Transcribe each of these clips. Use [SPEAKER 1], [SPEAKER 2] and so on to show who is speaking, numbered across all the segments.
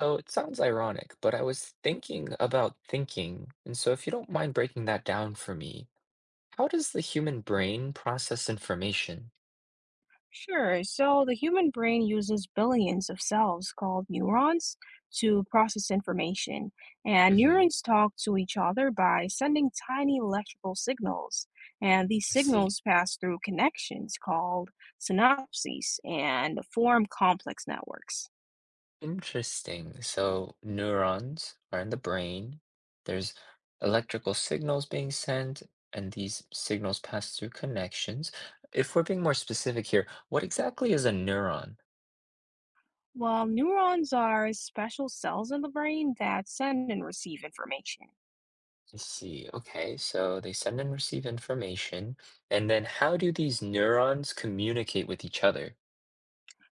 [SPEAKER 1] So it sounds ironic, but I was thinking about thinking, and so if you don't mind breaking that down for me, how does the human brain process information?
[SPEAKER 2] Sure. So the human brain uses billions of cells called neurons to process information, and
[SPEAKER 1] Hmm.
[SPEAKER 2] neurons talk to each other by sending tiny electrical signals. And these
[SPEAKER 1] I see.
[SPEAKER 2] signals pass through connections called synapses and form complex networks.
[SPEAKER 1] Interesting. So neurons are in the brain. There's electrical signals being sent, and these signals pass through connections. If we're being more specific here, what exactly is a neuron?
[SPEAKER 2] Well, neurons are special cells in the brain that send and receive information.
[SPEAKER 1] I see. Okay, so they send and receive information, and then how do these neurons communicate with each other?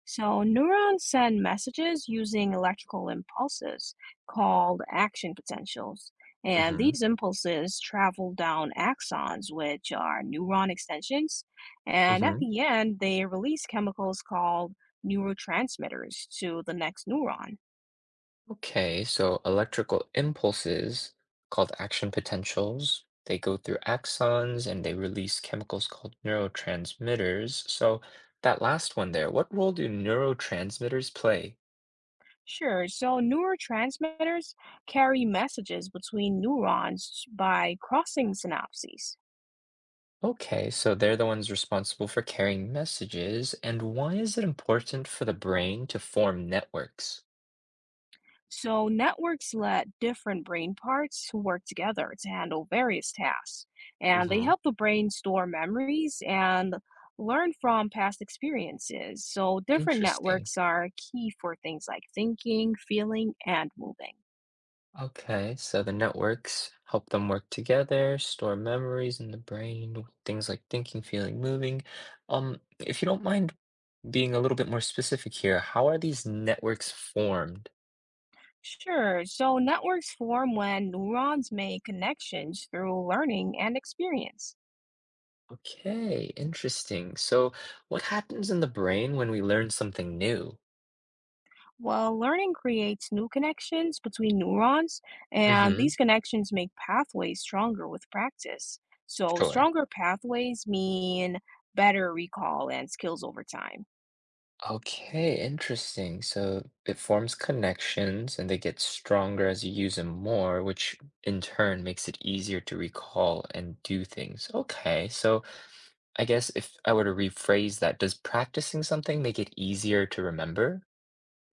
[SPEAKER 2] So neurons send messages using electrical impulses called action potentials. And
[SPEAKER 1] Mm-hmm.
[SPEAKER 2] these impulses travel down axons, which are neuron extensions. And at
[SPEAKER 1] Mm-hmm.
[SPEAKER 2] the end, they release chemicals called neurotransmitters to the next neuron.
[SPEAKER 1] Okay, so electrical impulses called action potentials, they go through axons and they release chemicals called neurotransmitters. So that last one there, what role do neurotransmitters play?
[SPEAKER 2] Sure, so neurotransmitters carry messages between neurons by crossing synapses.
[SPEAKER 1] Okay, so they're the ones responsible for carrying messages, and why is it important for the brain to form networks?
[SPEAKER 2] So, networks let different brain parts work together to handle various tasks, and they
[SPEAKER 1] Mm-hmm.
[SPEAKER 2] help the brain store memories and learn from past experiences. So, different
[SPEAKER 1] Interesting.
[SPEAKER 2] networks are key for things like thinking, feeling, and moving.
[SPEAKER 1] Okay, so the networks help them work together, store memories in the brain, things like thinking, feeling, moving. If you don't mind being a little bit more specific here, how are these networks formed?
[SPEAKER 2] Sure, so networks form when neurons make connections through learning and experience.
[SPEAKER 1] Okay, interesting. So what happens in the brain when we learn something new?
[SPEAKER 2] Well, learning creates new connections between neurons, and
[SPEAKER 1] Mm-hmm,
[SPEAKER 2] these connections make pathways stronger with practice. So,
[SPEAKER 1] sure.
[SPEAKER 2] stronger pathways mean better recall and skills over time.
[SPEAKER 1] Okay, interesting. So it forms connections and they get stronger as you use them more, which in turn makes it easier to recall and do things. Okay, so I guess if I were to rephrase that, does practicing something make it easier to remember?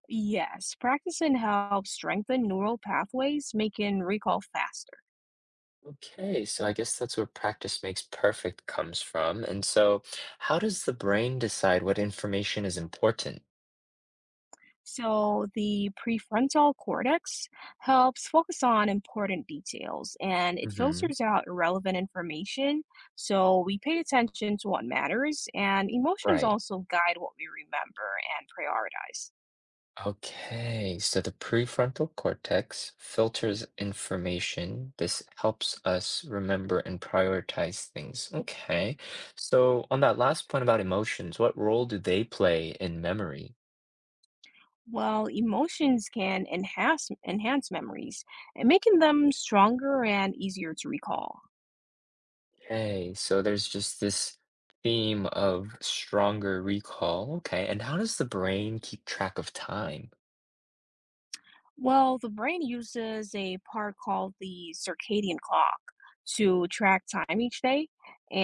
[SPEAKER 2] Yes, practicing helps strengthen neural pathways, making recall faster.
[SPEAKER 1] Okay, so I guess that's where practice makes perfect comes from. And so, how does the brain decide what information is important?
[SPEAKER 2] So, the prefrontal cortex helps focus on important details and it
[SPEAKER 1] Hmm.
[SPEAKER 2] filters out irrelevant information. So, we pay attention to what matters, and emotions
[SPEAKER 1] Right.
[SPEAKER 2] also guide what we remember and prioritize.
[SPEAKER 1] Okay, so the prefrontal cortex filters information. This helps us remember and prioritize things. Okay, so on that last point about emotions, what role do they play in memory?
[SPEAKER 2] Well, emotions can enhance memories, and making them stronger and easier to recall.
[SPEAKER 1] Okay, so there's just this theme of stronger recall. Okay, and how does the brain keep track of time?
[SPEAKER 2] Well, the brain uses a part called the circadian clock to track time each day,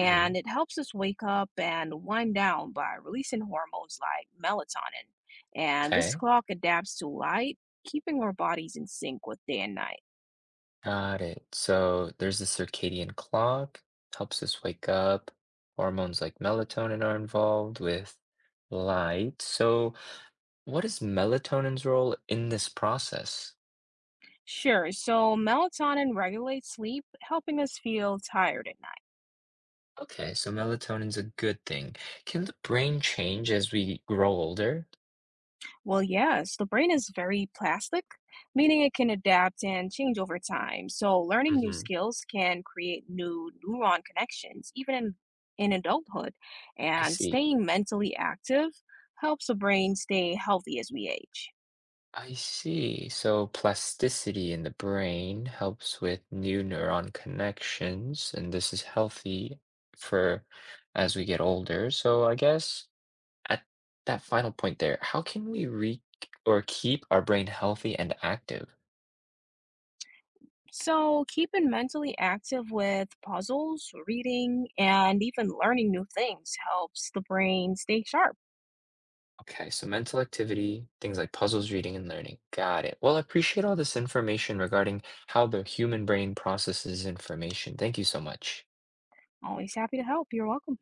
[SPEAKER 1] Hmm.
[SPEAKER 2] it helps us wake up and wind down by releasing hormones like melatonin. And this
[SPEAKER 1] Okay.
[SPEAKER 2] clock adapts to light, keeping our bodies in sync with day and night.
[SPEAKER 1] Got it. So there's the circadian clock, helps us wake up. Hormones like melatonin are involved with light. So what is melatonin's role in this process?
[SPEAKER 2] Sure, so melatonin regulates sleep, helping us feel tired at night.
[SPEAKER 1] Okay, so melatonin's a good thing. Can the brain change as we grow older?
[SPEAKER 2] Well, yes, the brain is very plastic, meaning it can adapt and change over time. So, learning new
[SPEAKER 1] Hmm.
[SPEAKER 2] skills can create new neuron connections, even in adulthood.
[SPEAKER 1] I
[SPEAKER 2] And
[SPEAKER 1] see.
[SPEAKER 2] staying mentally active helps the brain stay healthy as we age.
[SPEAKER 1] I see. So plasticity in the brain helps with new neuron connections, and this is healthy for as we get older. So I guess at that final point there, how can we re or keep our brain healthy and active?
[SPEAKER 2] So, keeping mentally active with puzzles, reading, and even learning new things helps the brain stay sharp.
[SPEAKER 1] Okay, so mental activity, things like puzzles, reading, and learning. Got it. Well, I appreciate all this information regarding how the human brain processes information. Thank you so much.
[SPEAKER 2] Always happy to help. You're welcome.